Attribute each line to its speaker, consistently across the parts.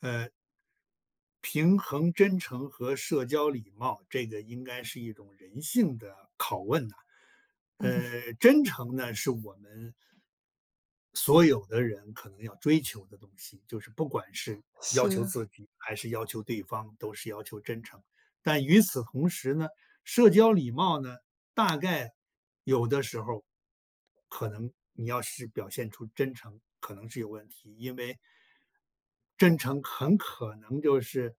Speaker 1: 呃，平衡真诚和社交礼貌，这个应该是一种人性的拷问呐。
Speaker 2: 嗯，
Speaker 1: 真诚呢，是我们所有的人可能要追求的东西，就是不管是要求
Speaker 2: 是，
Speaker 1: 自己还是要求对方，都是要求真诚。但与此同时呢，社交礼貌呢，大概有的时候可能你要是表现出真诚，可能是有问题，因为真诚很可能就是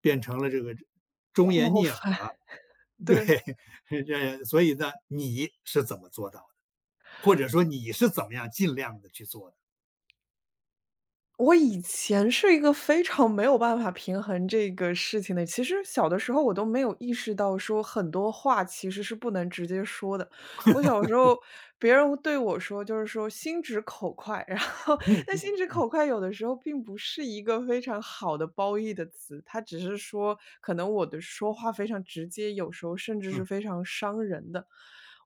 Speaker 1: 变成了这个忠言
Speaker 2: 冒
Speaker 1: 逆耳
Speaker 2: 犯，
Speaker 1: 了。对，
Speaker 2: 对。
Speaker 1: 这所以呢，你是怎么做到的？或者说你是怎么样尽量的去做的？
Speaker 2: 我以前是一个非常没有办法平衡这个事情的，其实小的时候我都没有意识到说很多话其实是不能直接说的。我小时候别人对我说就是说"心直口快"，然后那"心直
Speaker 1: 嗯
Speaker 2: 口快"有的时候并不是一个非常好的褒义的词，它只是说可能我的说话非常直接，有时候甚至是非常伤人的。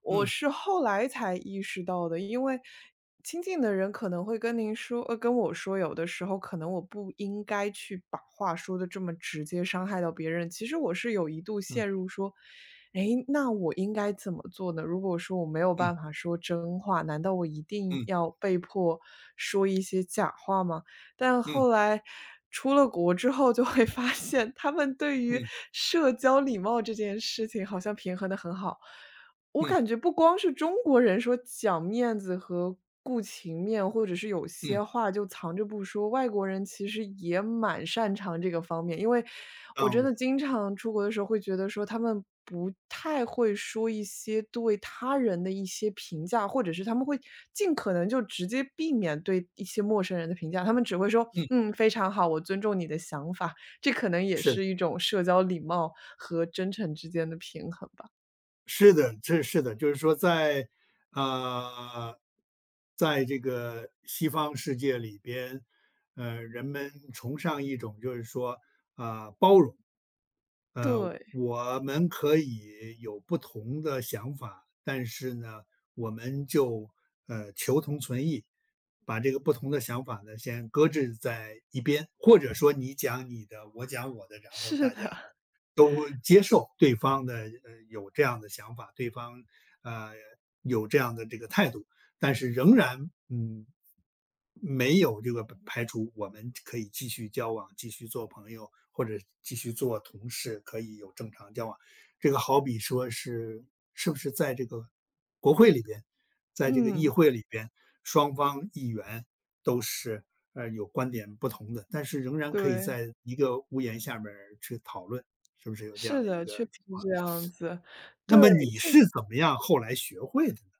Speaker 2: 我
Speaker 1: 嗯
Speaker 2: 是后来才意识到的，因为亲近的人可能会跟我说，有的时候可能我不应该去把话说的这么直接，伤害到别人。其实我是有一度
Speaker 1: 嗯
Speaker 2: 陷入说，诶，那我应该怎么做呢？如果说我没有
Speaker 1: 嗯
Speaker 2: 办法说真话，难道我一定
Speaker 1: 嗯
Speaker 2: 要被迫说一些假话吗？但
Speaker 1: 嗯
Speaker 2: 后来出了国之后，就会发现他们对
Speaker 1: 嗯
Speaker 2: 于
Speaker 1: 嗯
Speaker 2: 社交礼貌这件事情好像平衡的很好。我
Speaker 1: 嗯
Speaker 2: 感觉不光是中国人说讲面子和顾情面，或者是有
Speaker 1: 嗯，
Speaker 2: 些话就藏着不说，外国人其实也蛮擅长这个方面。因为我
Speaker 1: 当
Speaker 2: 真
Speaker 1: 然，
Speaker 2: 的经常出国的时候会觉得说，他们不太会说一些对他人的一些评价，或者是他们会尽可能就直接避免对一些陌生人的评价，他们只会说：
Speaker 1: 嗯，
Speaker 2: “嗯，非常好，我尊重你的想法。"这可能也
Speaker 1: 是的。
Speaker 2: 是一种社交礼貌和真诚之间的平衡吧。
Speaker 1: 是的，这是的，就是说在，呃，在这个西方世界里边，人们崇尚一种就是说，包容，呃，
Speaker 2: 对。
Speaker 1: 我们可以有不同的想法，但是呢，我们就求同存异，把这个不同的想法呢先搁置在一边，或者说你讲你的，我讲我的，然后
Speaker 2: 是
Speaker 1: 大家
Speaker 2: 的，
Speaker 1: 呢都接受对方的有这样的想法，对方呃有这样的这个态度，但是仍然没有这个排除我们可以继续交往、继续做朋友或者继续做同事，可以有正常交往。这个好比说是不是在这个国会里边，在这个议
Speaker 2: 嗯，
Speaker 1: 会里边，双方议员都是有观点不同的，但是仍然可以
Speaker 2: 对，
Speaker 1: 在一个屋檐下面儿去讨论。是不是有这样
Speaker 2: 是
Speaker 1: 的一
Speaker 2: 的，
Speaker 1: 个
Speaker 2: 确实
Speaker 1: 情
Speaker 2: 是
Speaker 1: 况？
Speaker 2: 这样子。
Speaker 1: 那
Speaker 2: 对，
Speaker 1: 么你
Speaker 2: 现
Speaker 1: 是怎么样后来学会的呢？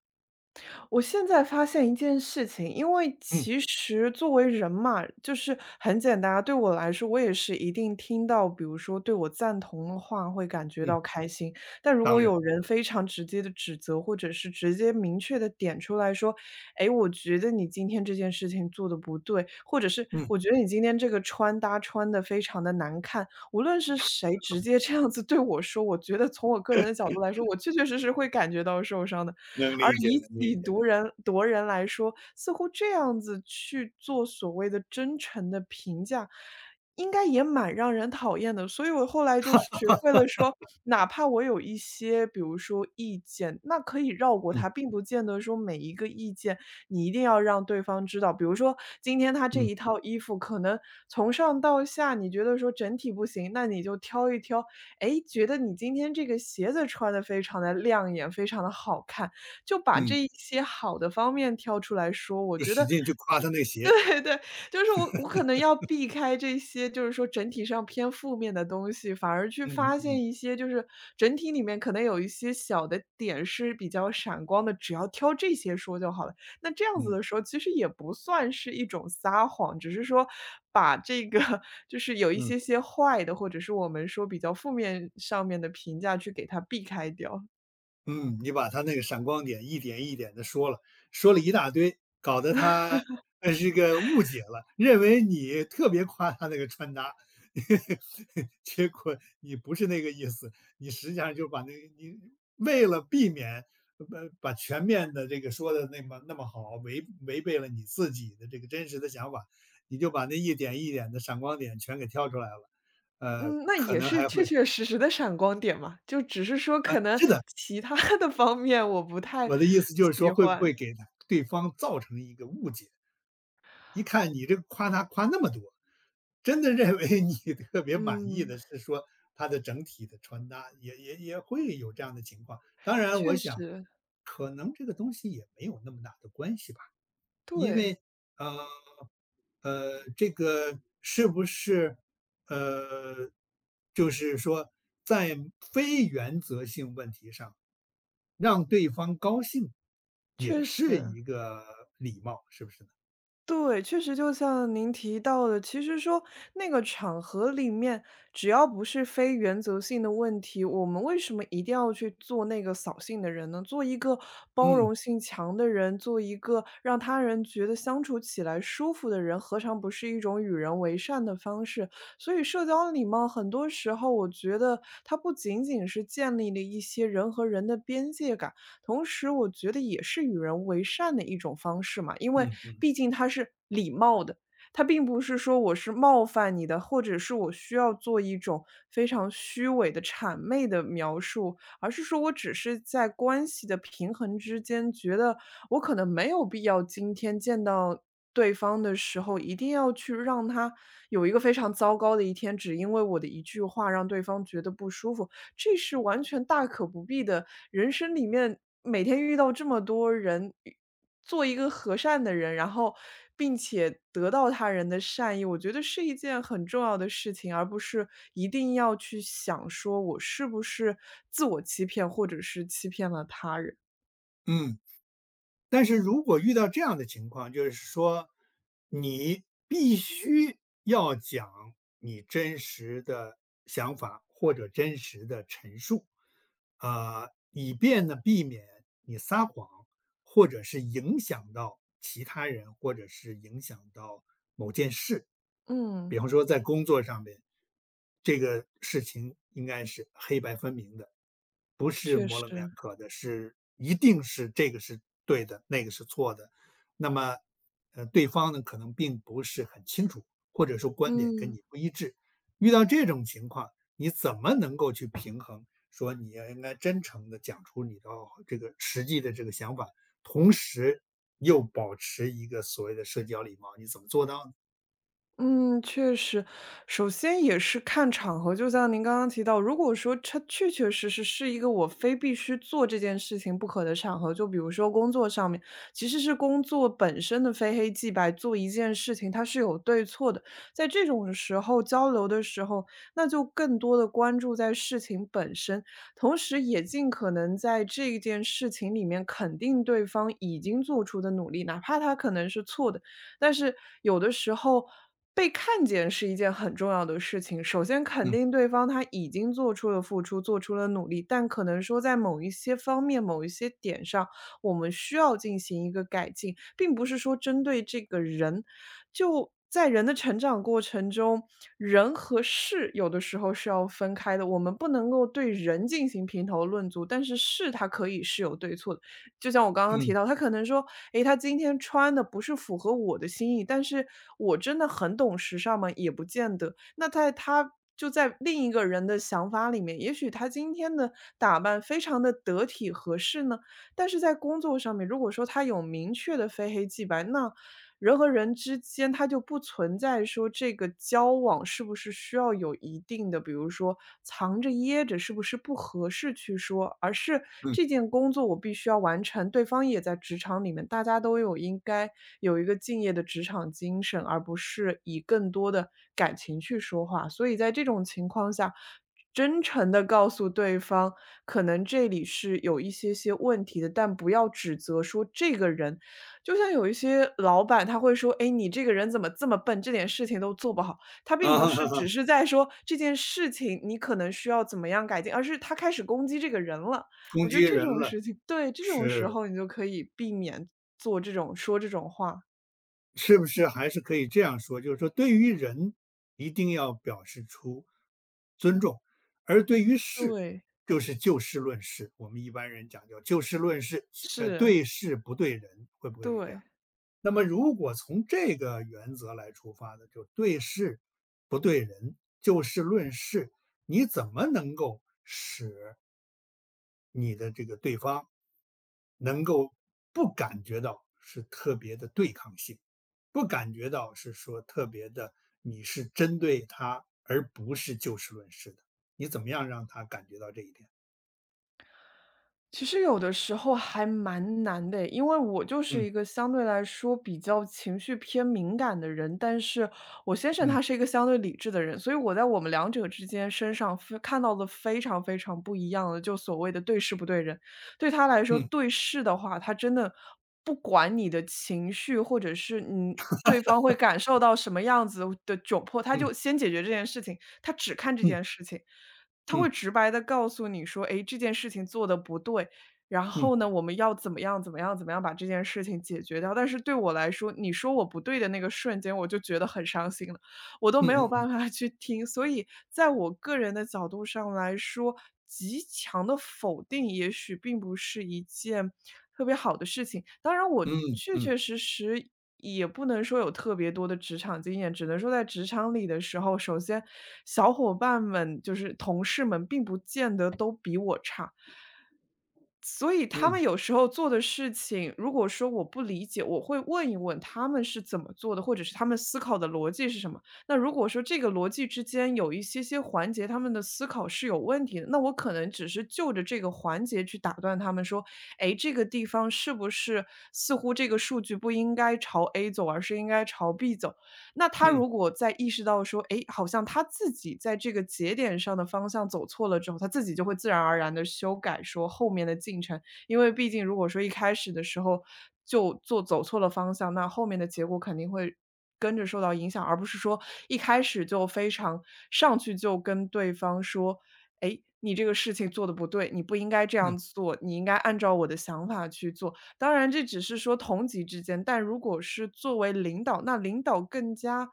Speaker 2: 我现在发现一件事情，因为
Speaker 1: 嗯
Speaker 2: 其实作为人嘛，就是很简单啊，对我来说，我也是一定听到，比如说对我赞同的话，会感觉
Speaker 1: 嗯，
Speaker 2: 到开心。但如果
Speaker 1: 当然，
Speaker 2: 有人非常直接的指责，或者是直接明确的点出来说，哎，我觉得你今天这件事情做的不对，或者是
Speaker 1: 嗯，
Speaker 2: 我觉得你今天这个穿搭穿的非常的难看，无论是谁直接这样子对我说，我觉得从我个人的角度来说，我确确实实会感觉到受伤的。
Speaker 1: 能
Speaker 2: 而
Speaker 1: 理解，
Speaker 2: 以
Speaker 1: 能理
Speaker 2: 己
Speaker 1: 解。
Speaker 2: 度人夺人来说，似乎这样子去做所谓的真诚的评价，应该也蛮让人讨厌的。所以我后来就学会了说，哪怕我有一些，比如说意见，那可以绕过
Speaker 1: 嗯
Speaker 2: 它，并不见得说每一个意见你一定要让对方知道。比如说今天他这
Speaker 1: 嗯
Speaker 2: 一套衣服可能从上到下你觉得说整体不行，那你就挑一挑，哎，觉得你今天这个鞋子穿的非常的亮眼，非常的好看。就把
Speaker 1: 嗯，
Speaker 2: 这一些好的方面挑出来说，我
Speaker 1: 就
Speaker 2: 觉
Speaker 1: 使
Speaker 2: 得
Speaker 1: 劲去夸他那鞋。
Speaker 2: 对，对，就是我可能要避开这些，就是说整体上偏负面的东西，反而去
Speaker 1: 嗯嗯
Speaker 2: 发现
Speaker 1: 嗯
Speaker 2: 一些就是整体里面可能有一些小的点是比较闪光的，只要挑这些说就好了。那这样子
Speaker 1: 嗯
Speaker 2: 的时候，其实也不算是一种撒谎，只是说把这个 就是有一
Speaker 1: 嗯。
Speaker 2: 些些坏的，或者是我们说比较负面上面的评价去给它避开掉。
Speaker 1: 嗯，你把他那个闪光点一点一点的说了，说了一大堆，搞得他，这个误解了，认为你特别夸他那个穿搭，结果你不是那个意思，你实际上就把那个你为了避免，把全面的这个说的那么那么好，违背了你自己的这个真实的想法，你就把那一点一点的闪光点全给挑出来了，
Speaker 2: 嗯，那
Speaker 1: 可
Speaker 2: 也
Speaker 1: 能
Speaker 2: 是
Speaker 1: 还
Speaker 2: 确
Speaker 1: 会
Speaker 2: 确实实的闪光点嘛，就只是说
Speaker 1: 啊，
Speaker 2: 可能
Speaker 1: 是的。
Speaker 2: 其他 的方面我不太
Speaker 1: 我的意思就是说，
Speaker 2: 喜
Speaker 1: 会不
Speaker 2: 欢。
Speaker 1: 会给对方造成一个误解？一看你这个夸他夸那么多，真的认为你 特别满意
Speaker 2: 嗯，
Speaker 1: 的是说他的整体的穿搭，也会有这样的情况。当然，我
Speaker 2: 确
Speaker 1: 想
Speaker 2: 实，
Speaker 1: 可能这个东西也没有那么大的关系吧，因
Speaker 2: 对，
Speaker 1: 为呃这个是不是呃，就是说在非原则性问题上让对方高兴，也
Speaker 2: 确
Speaker 1: 是
Speaker 2: 实。
Speaker 1: 一个礼貌，是不是呢？
Speaker 2: 对，确实就像您提到的，其实说那个场合里面，只要不是非原则性的问题，我们为什么一定要去做那个扫兴的人呢？做一个包
Speaker 1: 嗯，
Speaker 2: 容性强的人，做一个让他人觉得相处起来舒服的人，何尝不是一种与人为善的方式？所以，社交礼貌很多时候，我觉得它不仅仅是建立了一些人和人的边界感，同时我觉得也是与人为善的一种方式嘛，因为
Speaker 1: 嗯
Speaker 2: 毕竟它是礼貌的，它并不是说我是冒犯你的，或者是我需要做一种非常虚伪的谄媚的描述，而是说我只是在关系的平衡之间，觉得我可能没有必要今天见到。对方的时候，一定要去让他有一个非常糟糕的一天，只因为我的一句话让对方觉得不舒服。这是完全大可不必的。人生里面每天遇到这么多人，做一个和善的人，然后并且得到他人的善意，我觉得是一件很重要的事情，而不是一定要去想说我是不是自我欺骗，或者是欺骗了他人。
Speaker 1: 嗯，但是如果遇到这样的情况，就是说你必须要讲你真实的想法或者真实的陈述，啊、以便呢避免你撒谎，或者是影响到其他人，或者是影响到某件事。
Speaker 2: 嗯，
Speaker 1: 比方说在工作上面，这个事情应该是黑白分明的，不是
Speaker 2: 确
Speaker 1: 模棱两
Speaker 2: 实，
Speaker 1: 可的，是一定是这个是对的，那个是错的。那么，对方呢可能并不是很清楚，或者说观点跟
Speaker 2: 嗯。
Speaker 1: 你不一致。遇到这种情况，你怎么能够去平衡？说你要应该真诚的讲出你的这个实际的这个想法，同时又保持一个所谓的社交礼貌，你怎么做到呢？
Speaker 2: 嗯，确实，首先也是看场合，就像您刚刚提到，如果说它确确实实是一个我非必须做这件事情不可的场合，就比如说工作上面，其实是工作本身的非黑即白，做一件事情它是有对错的，在这种时候交流的时候，那就更多的关注在事情本身，同时也尽可能在这件事情里面肯定对方已经做出的努力，哪怕他可能是错的。但是有的时候被看见是一件很重要的事情，首先肯定
Speaker 1: 嗯
Speaker 2: 对方他已经做出了付出，做出了努力，但可能说在某一些方面、某一些点上，我们需要进行一个改进，并不是说针对这个人，在人的成长过程中，人和事有的时候是要分开的。我们不能够对人进行评头论足，但是事它可以是有对错的。就像我刚刚提
Speaker 1: 嗯
Speaker 2: 到，他可能说，诶，他今天穿的不是符合我的心意，但是我真的很懂时尚吗？也不见得。那在他就在另一个人的想法里面，也许他今天的打扮非常的得体合适呢，但是在工作上面，如果说他有明确的非黑即白，那人和人之间，它就不存在说这个交往是不是需要有一定的，比如说藏着掖着，是不是不合适去说，而是
Speaker 1: 嗯，
Speaker 2: 这件工作我必须要完成，对方也在职场里面，大家都有应该有一个敬业的职场精神，而不是以更多的感情去说话。所以在这种情况下，真诚的告诉对方，可能这里是有一些些问题的，但不要指责说这个人就像有一些老板他会说："哎，你这个人怎么这么笨，这点事情都做不好。"他并
Speaker 1: 啊
Speaker 2: 不
Speaker 1: 哈
Speaker 2: 是
Speaker 1: 哈哈，
Speaker 2: 只是在说这件事情你可能需要怎么样改进，而是他开始攻击这个人了。
Speaker 1: 攻
Speaker 2: 我觉
Speaker 1: 击
Speaker 2: 得这
Speaker 1: 人
Speaker 2: 种
Speaker 1: 了，
Speaker 2: 事情对，这种时
Speaker 1: 是。
Speaker 2: 候你就可以避免做这种说这种话。
Speaker 1: 是不是还是可以这样说，就是说对于人一定要表示出尊重，而对于事，
Speaker 2: 对，
Speaker 1: 就是就事论事。我们一般人讲究就事论事，
Speaker 2: 是，
Speaker 1: 对事不对人，会不会是这样？
Speaker 2: 对。
Speaker 1: 那么如果从这个原则来出发的，就对事不对人，就事论事，你怎么能够使你的这个对方能够不感觉到是特别的对抗性，不感觉到是说特别的你是针对他，而不是就事论事的。你怎么样让他感觉到这一点？
Speaker 2: 其实有的时候还蛮难的，因为我就是
Speaker 1: 嗯
Speaker 2: 一个相对来说比较情绪偏敏感的人，但是我先生
Speaker 1: 嗯
Speaker 2: 他是一个相对理智的人，所以我在我们两者之间身上非看到的非常非常不一样的，就所谓的对事不对人。对他来说，
Speaker 1: 嗯
Speaker 2: 对事的话，他真的不管你的情绪或者是对方会感受到什么样子的窘迫，他
Speaker 1: 嗯
Speaker 2: 就先解决这件事情，他只看这
Speaker 1: 嗯
Speaker 2: 件事情。他
Speaker 1: 嗯
Speaker 2: 会直白的告诉你说："诶，这件事情做的不对，然
Speaker 1: 嗯
Speaker 2: 后呢，我们要怎么样怎么样怎么样把这件事情解决掉。"但是对我来说，你说我不对的那个瞬间，我就觉得很伤心了，我都没有
Speaker 1: 嗯
Speaker 2: 办法去听。所以在我个人的角度上来说，极强的否定也许并不是一件特别好的事情。当然我
Speaker 1: 嗯
Speaker 2: 确
Speaker 1: 嗯
Speaker 2: 确实实也不能说有特别多的职场经验，只能说在职场里的时候，首先小伙伴们就是同事们并不见得都比我差。所以他
Speaker 1: 嗯
Speaker 2: 们有时候做的事情，如果说我不理解，我会问一问他们是怎么做的，或者是他们思考的逻辑是什么。那如果说这个逻辑之间有一些些环节，他们的思考是有问题的，那我可能只是就着这个环节去打断他们说，哎，这个地方是不是似乎这个数据不应该朝 A 走，而是应该朝 B 走？那他
Speaker 1: 嗯
Speaker 2: 如果在意识到说，哎，好像他自己在这个节点上的方向走错了之后，他自己就会自然而然的修改说后面的进程。因为毕竟如果说一开始的时候就做走错了方向，那后面的结果肯定会跟着受到影响，而不是说一开始就非常上去就跟对方说：“哎，你这个事情做的不对，你不应该这
Speaker 1: 嗯
Speaker 2: 样做，你应该按照我的想法去做。”当然这只是说同级之间，但如果是作为领导，那领导更加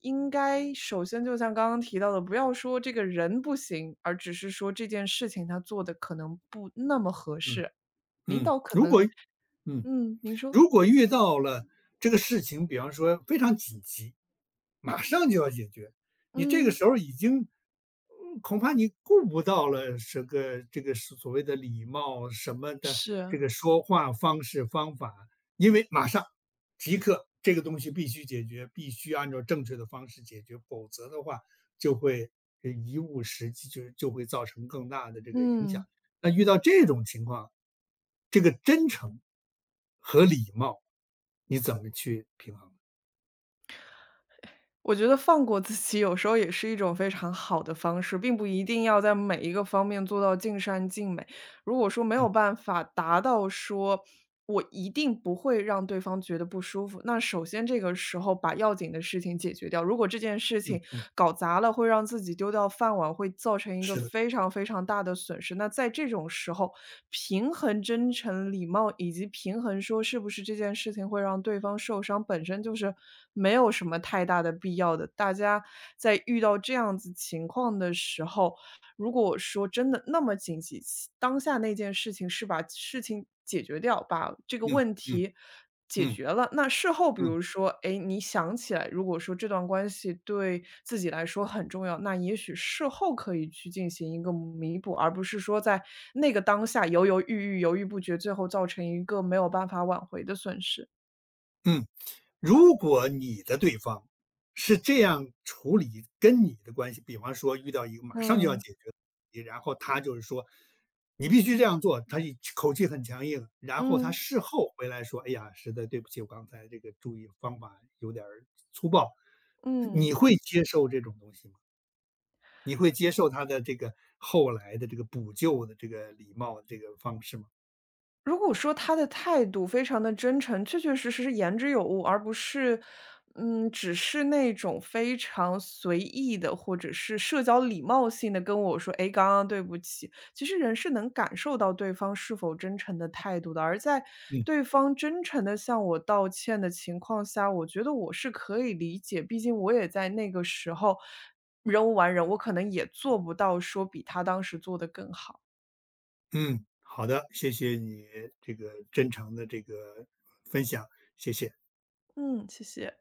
Speaker 2: 应该首先就像刚刚提到的，不要说这个人不行，而只是说这件事情他做的可能不那么合
Speaker 1: 嗯
Speaker 2: 适。领
Speaker 1: 嗯，
Speaker 2: 导可能
Speaker 1: 嗯
Speaker 2: 嗯，您说。
Speaker 1: 如果遇到了这个事情，比方说非常紧急。马上就要解决。你这个
Speaker 2: 嗯，
Speaker 1: 时候已经，恐怕你顾不到了这个是所谓的礼貌什么的，这
Speaker 2: 是，
Speaker 1: 个说话方式方法，因为马上即刻这个东西必须解决，必须按照正确的方式解决，否则的话就会贻误时机，就会造成更大的这个影响。
Speaker 2: 嗯。
Speaker 1: 那遇到这种情况，这个真诚和礼貌，你怎么去平衡？
Speaker 2: 我觉得放过自己有时候也是一种非常好的方式，并不一定要在每一个方面做到尽善尽美。如果说没
Speaker 1: 嗯
Speaker 2: 有办法达到说我一定不会让对方觉得不舒服，那首先这个时候把要紧的事情解决掉。如果这件事情
Speaker 1: 嗯，
Speaker 2: 搞砸了，会让自己丢掉饭碗，会造成一个
Speaker 1: 是的，
Speaker 2: 非常非常大的损失。那在这种时候，平衡真诚、礼貌以及平衡说是不是这件事情会让对方受伤，本身就是没有什么太大的必要的。大家在遇到这样子情况的时候，如果我说真的那么紧急，其当下那件事情是把事情解决掉，把这个
Speaker 1: 嗯
Speaker 2: 问
Speaker 1: 嗯。
Speaker 2: 题解
Speaker 1: 嗯
Speaker 2: 决了。那事后比
Speaker 1: 嗯
Speaker 2: 如说，哎，你想起来，如果说这段关系对自己来说很重要，那也许事后可以去进行一个弥补，而不是说在那个当下犹犹豫豫、犹豫不决，最后造成一个没有办法挽回的损失。
Speaker 1: 嗯，如果你的对方是这样处理跟你的关系，比方说遇到一个马上就要
Speaker 2: 嗯
Speaker 1: 解决的问题，然后他就是说你必须这样做，他一口气很强硬，然后他
Speaker 2: 嗯
Speaker 1: 事后回来说：“哎呀，实在对不起，我刚才这个注意方法有点儿粗暴。”
Speaker 2: 嗯。
Speaker 1: 你会接受这种东西吗？你会接受他的这个后来的这个补救的这个礼貌的这个方式吗？
Speaker 2: 如果说他的态度非常的真诚，确确实实是言之有物，而不是，嗯，只是那种非常随意的，或者是社交礼貌性的跟我说：“哎，刚刚对不起。”其实人是能感受到对方是否真诚的态度的，而在
Speaker 1: 嗯
Speaker 2: 对方真诚的向我道歉的情况下，我觉得我是可以理解，毕竟我也在那个时候人无完人，我可能也做不到说比他当时做的更好。
Speaker 1: 嗯，好的，谢谢你这个真诚的这个分享，谢谢。
Speaker 2: 嗯，谢谢。